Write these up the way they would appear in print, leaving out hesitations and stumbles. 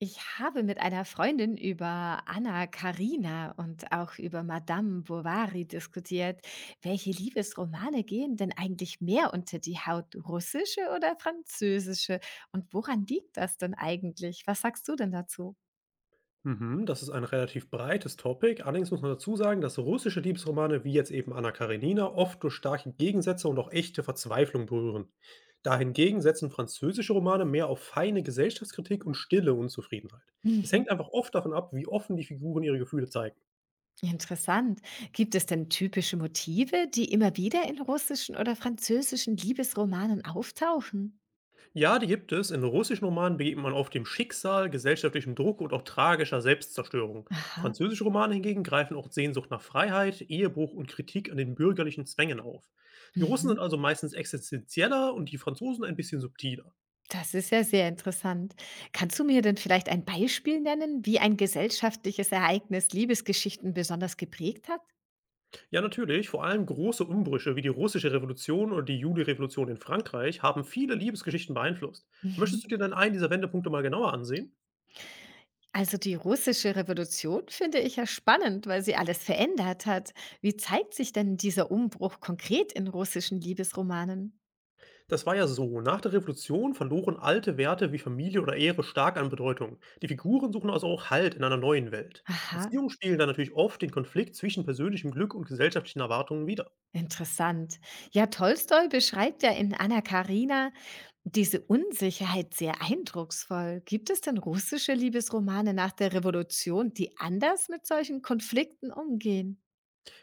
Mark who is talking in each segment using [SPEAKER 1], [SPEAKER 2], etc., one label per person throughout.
[SPEAKER 1] Ich habe mit einer Freundin über Anna Karina und auch über Madame Bovary diskutiert. Welche Liebesromane gehen denn eigentlich mehr unter die Haut, russische oder französische? Und woran liegt das denn eigentlich? Was sagst du denn dazu?
[SPEAKER 2] Mhm, das ist ein relativ breites Topic. Allerdings muss man dazu sagen, dass russische Liebesromane wie jetzt eben Anna Karenina oft durch starke Gegensätze und auch echte Verzweiflung berühren. Dahingegen setzen französische Romane mehr auf feine Gesellschaftskritik und stille Unzufriedenheit. Es
[SPEAKER 1] Mhm.
[SPEAKER 2] hängt einfach oft davon ab, wie offen die Figuren ihre Gefühle zeigen.
[SPEAKER 1] Interessant. Gibt es denn typische Motive, die immer wieder in russischen oder französischen Liebesromanen auftauchen?
[SPEAKER 2] Ja, die gibt es. In russischen Romanen begegnet man oft dem Schicksal, gesellschaftlichem Druck und auch tragischer Selbstzerstörung.
[SPEAKER 1] Aha.
[SPEAKER 2] Französische Romane hingegen greifen auch Sehnsucht nach Freiheit, Ehebruch und Kritik an den bürgerlichen Zwängen auf. Die Russen
[SPEAKER 1] Mhm.
[SPEAKER 2] sind also meistens existenzieller und die Franzosen ein bisschen subtiler.
[SPEAKER 1] Das ist ja sehr interessant. Kannst du mir denn vielleicht ein Beispiel nennen, wie ein gesellschaftliches Ereignis Liebesgeschichten besonders geprägt hat?
[SPEAKER 2] Ja, natürlich, vor allem große Umbrüche wie die russische Revolution oder die Juli-Revolution in Frankreich haben viele Liebesgeschichten beeinflusst.
[SPEAKER 1] Mhm.
[SPEAKER 2] Möchtest du dir dann einen dieser Wendepunkte mal genauer ansehen?
[SPEAKER 1] Also die russische Revolution finde ich ja spannend, weil sie alles verändert hat. Wie zeigt sich denn dieser Umbruch konkret in russischen Liebesromanen?
[SPEAKER 2] Das war ja so. Nach der Revolution verloren alte Werte wie Familie oder Ehre stark an Bedeutung. Die Figuren suchen also auch Halt in einer neuen Welt.
[SPEAKER 1] Aha.
[SPEAKER 2] Beziehungen spielen dann natürlich oft den Konflikt zwischen persönlichem Glück und gesellschaftlichen Erwartungen wider.
[SPEAKER 1] Interessant. Ja, Tolstoi beschreibt ja in Anna Karina diese Unsicherheit sehr eindrucksvoll. Gibt es denn russische Liebesromane nach der Revolution, die anders mit solchen Konflikten umgehen?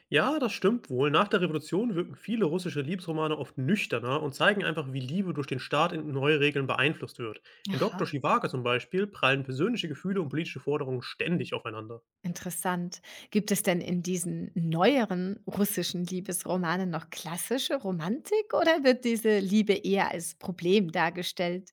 [SPEAKER 2] Ja, das stimmt wohl. Nach der Revolution wirken viele russische Liebesromane oft nüchterner und zeigen einfach, wie Liebe durch den Staat in neue Regeln beeinflusst wird. In Doktor
[SPEAKER 1] Aha,
[SPEAKER 2] Chivago zum Beispiel prallen persönliche Gefühle und politische Forderungen ständig aufeinander.
[SPEAKER 1] interessant. Gibt es denn in diesen neueren russischen Liebesromanen noch klassische Romantik oder wird diese Liebe eher als Problem dargestellt?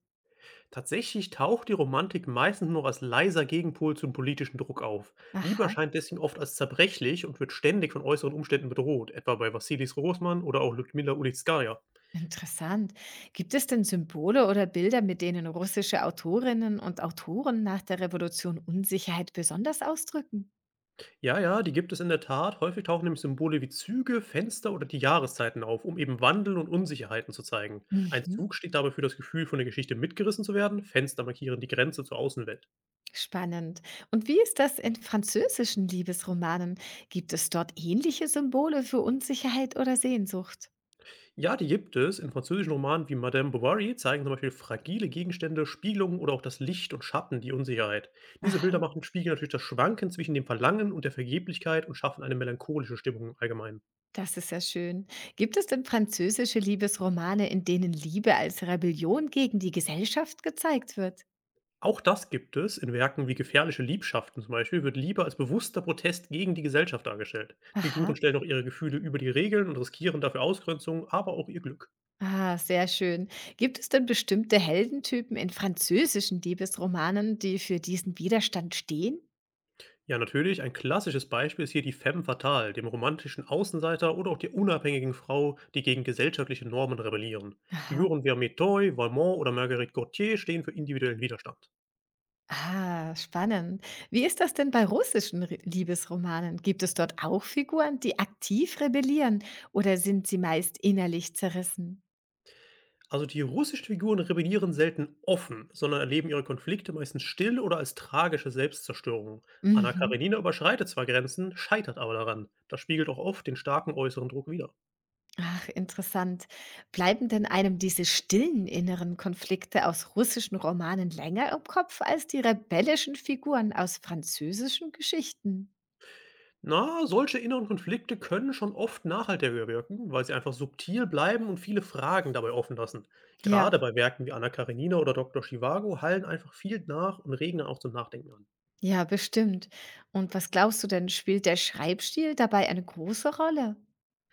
[SPEAKER 2] Tatsächlich taucht die Romantik meistens nur als leiser Gegenpol zum politischen Druck auf. Liebe
[SPEAKER 1] Aha.
[SPEAKER 2] erscheint deswegen oft als zerbrechlich und wird ständig von äußeren Umständen bedroht, etwa bei Wassilis Rosman oder auch Ludmila Ulitskaya.
[SPEAKER 1] Interessant. Gibt es denn Symbole oder Bilder, mit denen russische Autorinnen und Autoren nach der Revolution Unsicherheit besonders ausdrücken?
[SPEAKER 2] Ja, ja, die gibt es in der Tat. Häufig tauchen nämlich Symbole wie Züge, Fenster oder die Jahreszeiten auf, um eben Wandel und Unsicherheiten zu zeigen. Ein
[SPEAKER 1] Mhm.
[SPEAKER 2] Zug steht dabei für das Gefühl, von der Geschichte mitgerissen zu werden, Fenster markieren die Grenze zur Außenwelt.
[SPEAKER 1] Spannend. Und wie ist das in französischen Liebesromanen? Gibt es dort ähnliche Symbole für Unsicherheit oder Sehnsucht?
[SPEAKER 2] Ja, die gibt es. In französischen Romanen wie Madame Bovary zeigen zum Beispiel fragile Gegenstände, Spiegelungen oder auch das Licht und Schatten, die Unsicherheit. Diese Bilder
[SPEAKER 1] Aha,
[SPEAKER 2] machen Spiegel natürlich das Schwanken zwischen dem Verlangen und der Vergeblichkeit und schaffen eine melancholische Stimmung im Allgemeinen.
[SPEAKER 1] das ist ja schön. Gibt es denn französische Liebesromane, in denen Liebe als Rebellion gegen die Gesellschaft gezeigt wird?
[SPEAKER 2] Auch das gibt es. In Werken wie Gefährliche Liebschaften zum Beispiel wird Liebe als bewusster Protest gegen die Gesellschaft dargestellt. Die Figuren
[SPEAKER 1] Aha.
[SPEAKER 2] stellen auch ihre Gefühle über die Regeln und riskieren dafür Ausgrenzung, aber auch ihr Glück.
[SPEAKER 1] Ah, sehr schön. Gibt es denn bestimmte Heldentypen in französischen Liebesromanen, die für diesen Widerstand stehen?
[SPEAKER 2] Ja, natürlich. Ein klassisches Beispiel ist hier die Femme fatale, dem romantischen Außenseiter oder auch der unabhängigen Frau, die gegen gesellschaftliche Normen rebellieren.
[SPEAKER 1] Aha.
[SPEAKER 2] Figuren wie Amétoy, Valmont oder Marguerite Gautier stehen für individuellen Widerstand.
[SPEAKER 1] Ah, spannend. Wie ist das denn bei russischen Liebesromanen? Gibt es dort auch Figuren, die aktiv rebellieren oder sind sie meist innerlich zerrissen?
[SPEAKER 2] Also die russischen Figuren rebellieren selten offen, sondern erleben ihre Konflikte meistens still oder als tragische Selbstzerstörung. Anna
[SPEAKER 1] Mhm.
[SPEAKER 2] Karenina überschreitet zwar Grenzen, scheitert aber daran. Das spiegelt auch oft den starken äußeren Druck wider.
[SPEAKER 1] Ach, interessant. Bleiben denn einem diese stillen inneren Konflikte aus russischen Romanen länger im Kopf als die rebellischen Figuren aus französischen Geschichten?
[SPEAKER 2] Na, solche inneren Konflikte können schon oft nachhaltiger wirken, weil sie einfach subtil bleiben und viele Fragen dabei offen lassen.
[SPEAKER 1] Ja.
[SPEAKER 2] Gerade bei Werken wie Anna Karenina oder Dr. Chivago hallen einfach viel nach und regen dann auch zum Nachdenken an.
[SPEAKER 1] Ja, bestimmt. Und was glaubst du denn, spielt der Schreibstil dabei eine große Rolle?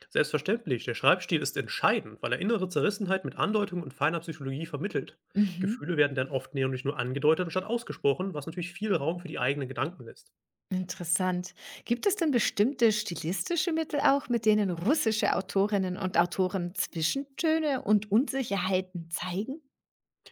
[SPEAKER 2] Selbstverständlich, der Schreibstil ist entscheidend, weil er innere Zerrissenheit mit Andeutung und feiner Psychologie vermittelt.
[SPEAKER 1] Mhm.
[SPEAKER 2] Gefühle werden dann oft nämlich nur angedeutet anstatt ausgesprochen, was natürlich viel Raum für die eigenen Gedanken lässt.
[SPEAKER 1] Interessant. Gibt es denn bestimmte stilistische Mittel auch, mit denen russische Autorinnen und Autoren Zwischentöne und Unsicherheiten zeigen?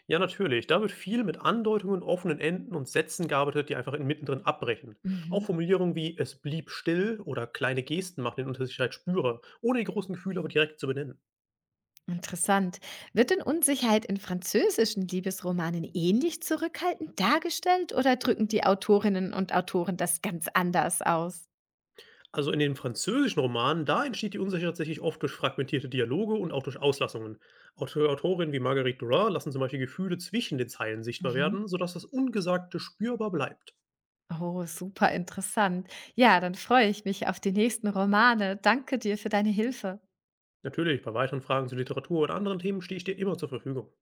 [SPEAKER 2] Ja, natürlich. Da wird viel mit Andeutungen, offenen Enden und Sätzen gearbeitet, die einfach in mittendrin abbrechen. Auch
[SPEAKER 1] Mhm.
[SPEAKER 2] Formulierungen wie es blieb still oder kleine Gesten machen den Unsicherheit spürbar, ohne die großen Gefühle aber direkt zu benennen.
[SPEAKER 1] Interessant. Wird denn Unsicherheit in französischen Liebesromanen ähnlich zurückhaltend dargestellt oder drücken die Autorinnen und Autoren das ganz anders aus?
[SPEAKER 2] Also in den französischen Romanen, da entsteht die Unsicherheit tatsächlich oft durch fragmentierte Dialoge und auch durch Auslassungen. Autorinnen wie Marguerite Duras lassen zum Beispiel Gefühle zwischen den Zeilen sichtbar
[SPEAKER 1] Mhm.
[SPEAKER 2] werden, sodass das Ungesagte spürbar bleibt.
[SPEAKER 1] Oh, super interessant. Ja, dann freue ich mich auf die nächsten Romane. Danke dir für deine Hilfe.
[SPEAKER 2] Natürlich, bei weiteren Fragen zu Literatur oder anderen Themen stehe ich dir immer zur Verfügung.